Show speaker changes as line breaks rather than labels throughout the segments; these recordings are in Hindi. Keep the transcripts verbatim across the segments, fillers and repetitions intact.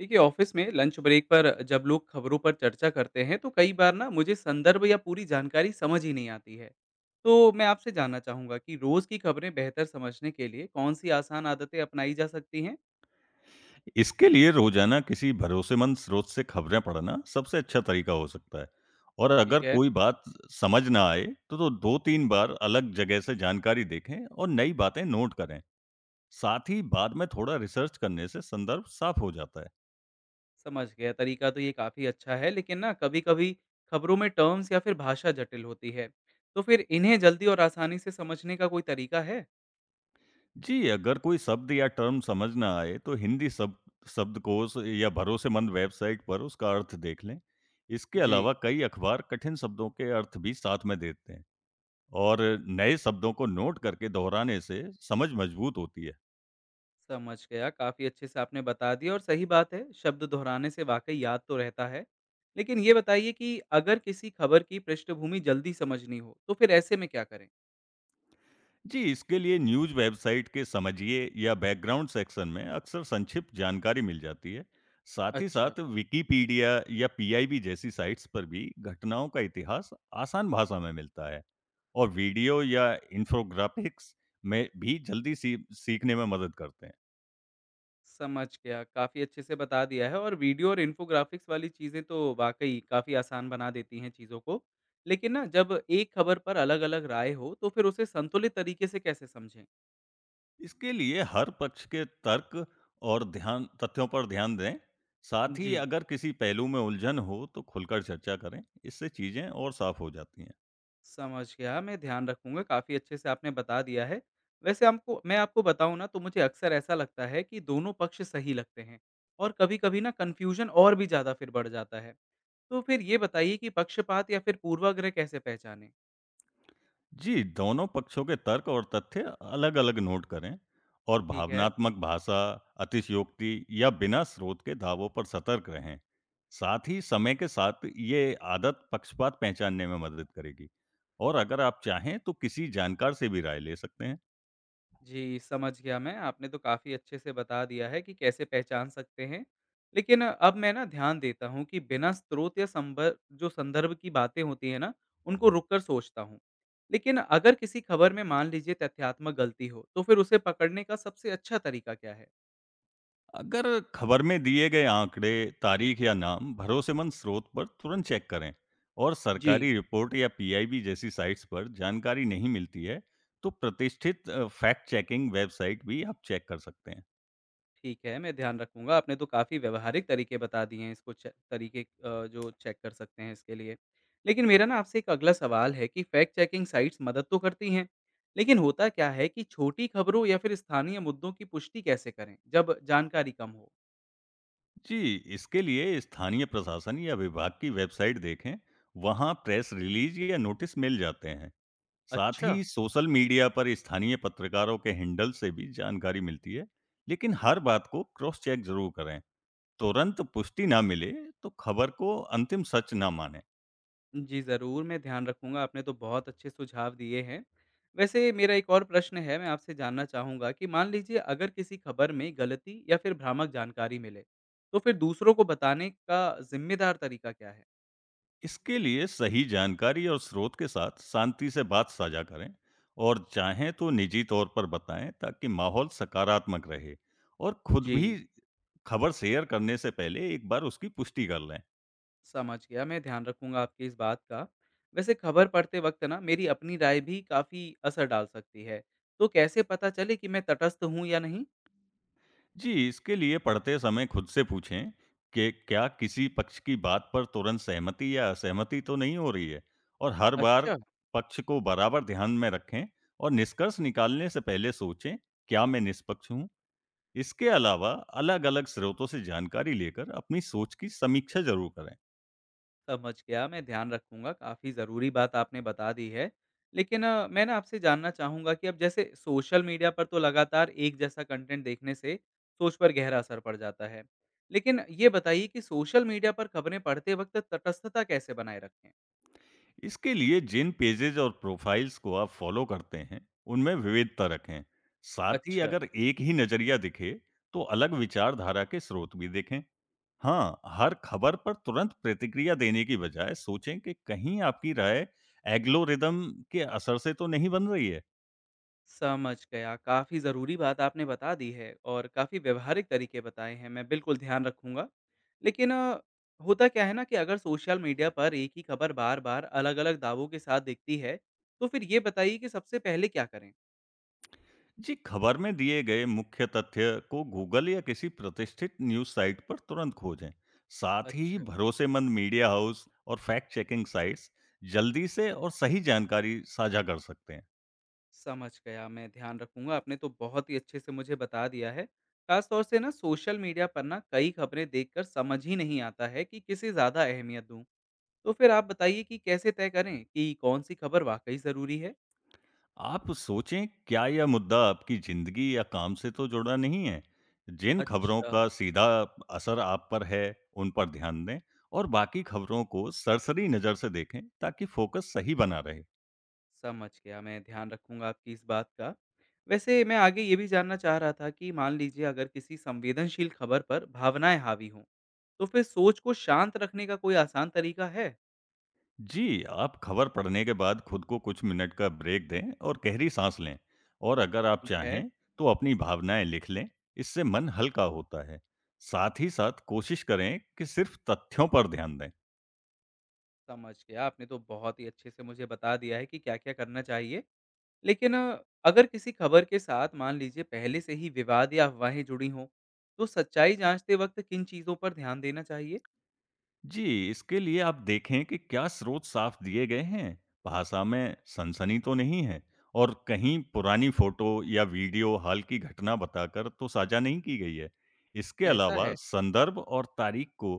देखिए ऑफिस में लंच ब्रेक पर जब लोग खबरों पर चर्चा करते हैं तो कई बार ना मुझे संदर्भ या पूरी जानकारी समझ ही नहीं आती है। तो मैं आपसे जानना चाहूंगा कि रोज की खबरें बेहतर समझने के लिए कौन सी आसान आदतें अपनाई जा सकती हैं।
इसके लिए रोजाना किसी भरोसेमंद स्रोत से खबरें पढ़ना सबसे अच्छा तरीका हो सकता है। और अगर
ठीक है।
कोई बात समझ ना आए तो, तो दो तीन बार अलग जगह से जानकारी देखें और नई बातें नोट करें। साथ ही बाद में थोड़ा रिसर्च करने से संदर्भ साफ हो जाता है।
समझ गया, तरीका तो ये काफी अच्छा है, लेकिन ना कभी कभी खबरों में टर्म्स या फिर भाषा जटिल होती है, तो फिर इन्हें जल्दी और आसानी से समझने का कोई तरीका है?
जी, अगर कोई शब्द या टर्म समझ ना आए तो हिंदी शब्द शब्दकोश या भरोसेमंद वेबसाइट पर उसका अर्थ देख लें। इसके
जी।
अलावा कई अखबार कठिन शब्दों के अर्थ भी साथ में देते हैं। और नए शब्दों को नोट करके दोहराने से समझ मजबूत होती है।
समझ गया। काफ़ी अच्छे से आपने बता दिया और सही बात है, शब्द दोहराने से वाक़ई याद तो रहता है। लेकिन ये बताइए कि अगर किसी खबर की पृष्ठभूमि जल्दी समझनी हो, तो फिर ऐसे में क्या करें?
जी, इसके लिए न्यूज़ वेबसाइट के समझिए या बैकग्राउंड सेक्शन में अक्सर संक्षिप्त जानकारी मिल जाती है। साथ ही
अच्छा।
साथ विकिपीडिया या पीआईबी जैसी साइट्स पर भी घटनाओं का इतिहास आसान भाषा में मिलता है। और वीडियो या इन्फोग्राफिक्स में भी जल्दी सी, सीखने में मदद करते हैं।
समझ गया, काफ़ी अच्छे से बता दिया है और वीडियो और इन्फोग्राफ़िक्स वाली चीज़ें तो वाक़ई काफ़ी आसान बना देती हैं चीज़ों को। लेकिन ना जब एक खबर पर अलग-अलग राय हो, तो फिर उसे संतुलित तरीके से कैसे समझें?
इसके लिए हर पक्ष के तर्क और ध्यान तथ्यों पर ध्यान दें। साथ ही
जी।
अगर किसी पहलू में उलझन हो तो खुलकर चर्चा करें, इससे चीजें और साफ हो जाती हैं।
समझ गया, मैं ध्यान रखूँगा, काफ़ी अच्छे से आपने बता दिया है। वैसे आपको मैं आपको बताऊँ ना तो मुझे अक्सर ऐसा लगता है कि दोनों पक्ष सही लगते हैं और कभी-कभी ना कन्फ्यूज़न और भी ज़्यादा फिर बढ़ जाता है। तो फिर ये बताइए कि पक्षपात या फिर पूर्वाग्रह कैसे पहचानें?
जी, दोनों पक्षों के तर्क और तथ्य अलग अलग नोट करें और
ठीक है।
भावनात्मक भाषा, अतिशयोक्ति या बिना स्रोत के दावों पर सतर्क रहें। साथ ही समय के साथ ये आदत पक्षपात पहचानने में मदद करेगी। और अगर आप चाहें तो किसी जानकार से भी राय ले सकते हैं।
जी, समझ गया मैं। आपने तो काफ़ी अच्छे से बता दिया है कि कैसे पहचान सकते हैं। लेकिन अब मैं ना ध्यान देता हूँ कि बिना स्रोत या संभर जो संदर्भ की बातें होती हैं ना, उनको रुक कर सोचता हूँ। लेकिन अगर किसी खबर में मान लीजिए तथ्यात्मक गलती हो, तो फिर उसे पकड़ने का सबसे अच्छा तरीका क्या है?
अगर खबर में दिए गए आंकड़े, तारीख या नाम भरोसेमंद स्रोत पर तुरंत चेक करें। और
जी।
सरकारी रिपोर्ट या पीआईबी जैसी साइट्स पर जानकारी नहीं मिलती है, तो प्रतिष्ठित फैक्ट चेकिंग वेबसाइट भी आप चेक कर सकते हैं।
ठीक है, मैं ध्यान रखूँगा। आपने तो काफ़ी व्यावहारिक तरीके बता दिए हैं इसको चे तरीके अ, जो चेक कर सकते हैं इसके लिए। लेकिन मेरा ना आपसे एक अगला सवाल है कि फैक्ट चेकिंग साइट्स मदद तो करती हैं, लेकिन होता क्या है कि छोटी खबरों या फिर स्थानीय मुद्दों की पुष्टि कैसे करें, जब जानकारी कम हो?
जी, इसके लिए स्थानीय प्रशासन या विभाग की वेबसाइट देखें, वहां प्रेस रिलीज या नोटिस मिल जाते हैं। साथ
अच्छा।
ही सोशल मीडिया पर स्थानीय पत्रकारों के हैंडल से भी जानकारी मिलती है, लेकिन हर बात को क्रॉस चेक जरूर करें। तुरंत पुष्टि ना मिले तो खबर को अंतिम सच ना माने।
जी, ज़रूर, मैं ध्यान रखूँगा, आपने तो बहुत अच्छे सुझाव दिए हैं। वैसे मेरा एक और प्रश्न है, मैं आपसे जानना चाहूँगा कि मान लीजिए अगर किसी खबर में गलती या फिर भ्रामक जानकारी मिले, तो फिर दूसरों को बताने का ज़िम्मेदार तरीका क्या है?
इसके लिए सही जानकारी और स्रोत के साथ शांति से बात साझा करें और चाहें तो निजी तौर पर बताएं ताकि माहौल सकारात्मक रहे। और खुद भी
जी,
खबर शेयर करने से पहले एक बार उसकी पुष्टि कर लें।
समझ गया, मैं ध्यान रखूँगा आपकी इस बात का। वैसे खबर पढ़ते वक़्त ना मेरी अपनी राय भी काफ़ी असर डाल सकती है, तो कैसे पता चले कि मैं तटस्थ हूँ या नहीं?
जी, इसके लिए पढ़ते समय खुद से पूछें कि क्या किसी पक्ष की बात पर तुरंत सहमति या असहमति तो नहीं हो रही है। और हर बार
अच्छा।
पक्ष को बराबर ध्यान में रखें और निष्कर्ष निकालने से पहले सोचें, क्या मैं निष्पक्ष हूँ? इसके अलावा अलग-अलग स्रोतों से जानकारी लेकर अपनी सोच की समीक्षा ज़रूर करें।
समझ गया, मैं ध्यान रखूँगा। काफ़ी ज़रूरी बात आपने बता दी है। लेकिन अ, मैं ना आपसे जानना चाहूँगा कि अब जैसे सोशल मीडिया पर तो लगातार एक जैसा कंटेंट देखने से सोच पर गहरा असर पड़ जाता है। लेकिन ये बताइए कि सोशल मीडिया पर खबरें पढ़ते वक़्त तटस्थता कैसे बनाए रखें?
इसके लिए जिन पेजेज़ और प्रोफ़ाइल्स को आप फ़ॉलो करते हैं, उनमें विविधता रखें। साथ ही
अच्छा।
अगर एक ही नज़रिया दिखे, तो अलग विचारधारा के स्रोत भी देखें। हाँ, हर खबर पर तुरंत प्रतिक्रिया देने की बजाय सोचें कि कहीं आपकी राय एल्गोरिदम के असर से तो नहीं बन रही है।
समझ गया। काफ़ी ज़रूरी बात आपने बता दी है और काफ़ी व्यावहारिक तरीके बताए हैं, मैं बिल्कुल ध्यान रखूँगा। लेकिन अ, होता क्या है ना कि अगर सोशल मीडिया पर एक ही खबर बार-बार अलग-अलग दावों के साथ दिखती है, तो फिर ये बताइए कि सबसे पहले क्या करें?
जी, खबर में दिए गए मुख्य तथ्य को गूगल या किसी प्रतिष्ठित न्यूज़ साइट पर तुरंत खोजें। साथ ही
अच्छा।
भरोसेमंद मीडिया हाउस और फैक्ट चेकिंग साइट्स जल्दी से और सही जानकारी साझा कर सकते हैं।
समझ गया, मैं ध्यान रखूँगा। आपने तो बहुत ही अच्छे से मुझे बता दिया है। ख़ासतौर से ना सोशल मीडिया पर ना कई खबरें देखकर समझ ही नहीं आता है कि किसे ज़्यादा अहमियत दूँ। तो फिर आप बताइए कि कैसे तय करें कि कौन-सी खबर वाक़ई ज़रूरी है?
आप सोचें, क्या यह मुद्दा आपकी ज़िंदगी या काम से तो जुड़ा नहीं है? जिन खबरों
अच्छा,
का सीधा असर आप पर है, उन पर ध्यान दें और बाकी खबरों को सरसरी नज़र से देखें ताकि फ़ोकस सही बना रहे।
समझ गया, मैं ध्यान रखूँगा आपकी इस बात का। वैसे मैं आगे ये भी जानना चाह रहा था कि मान लीजिए अगर किसी संवेदनशील खबर पर भावनाएँ हावी हों, तो फिर सोच को शांत रखने का कोई आसान तरीका है?
जी, आप खबर पढ़ने के बाद खुद को कुछ मिनट का ब्रेक दें और गहरी साँस लें। और अगर आप
ठीक है,
चाहें, तो अपनी भावनाएँ लिख लें, इससे मन हल्का होता है। साथ ही साथ कोशिश करें कि सिर्फ़ तथ्यों पर ध्यान दें।
समझ गया, आपने तो बहुत ही अच्छे से मुझे बता दिया है कि क्या-क्या करना चाहिए। लेकिन अ, अगर किसी खबर के साथ मान लीजिए पहले से ही विवाद या अफवाहें जुड़ी हों, तो सच्चाई जाँचते वक़्त किन चीज़ों पर ध्यान देना चाहिए?
जी, इसके लिए आप देखें कि क्या स्रोत साफ दिए गए हैं, भाषा में सनसनी तो नहीं है और कहीं पुरानी फोटो या वीडियो हाल की घटना बताकर तो साझा नहीं की गई है। इसके
ऐसा
अलावा
है।
संदर्भ और तारीख को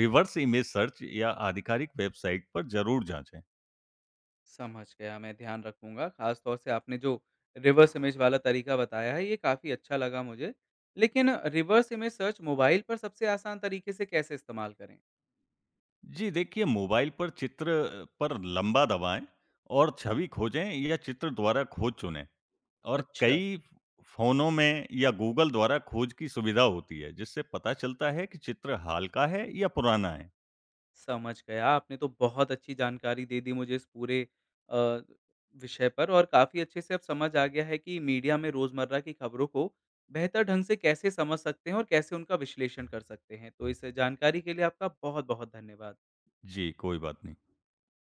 रिवर्स इमेज सर्च या आधिकारिक वेबसाइट पर ज़रूर जाँचें।
समझ गया, मैं ध्यान रखूँगा। ख़ास तौर से आपने जो रिवर्स इमेज वाला तरीका बताया है, ये काफ़ी अच्छा लगा मुझे। लेकिन रिवर्स इमेज सर्च मोबाइल पर सबसे आसान तरीके से कैसे इस्तेमाल करें?
जी, देखिए मोबाइल पर चित्र पर लंबा दबाएँ और छवि खोजें या चित्र द्वारा खोज चुनें। और
अच्छा।
कई फ़ोनों में या गूगल द्वारा खोज की सुविधा होती है, जिससे पता चलता है कि चित्र हाल का है या पुराना है?
समझ गया, आपने तो बहुत अच्छी जानकारी दे दी मुझे इस पूरे अ, विषय पर और काफ़ी अच्छे से अब समझ आ गया है कि मीडिया में रोज़मर्रा की खबरों को बेहतर ढंग से कैसे समझ सकते हैं और कैसे उनका विश्लेषण कर सकते हैं। तो इस जानकारी के लिए आपका बहुत-बहुत धन्यवाद।
जी, कोई बात नहीं।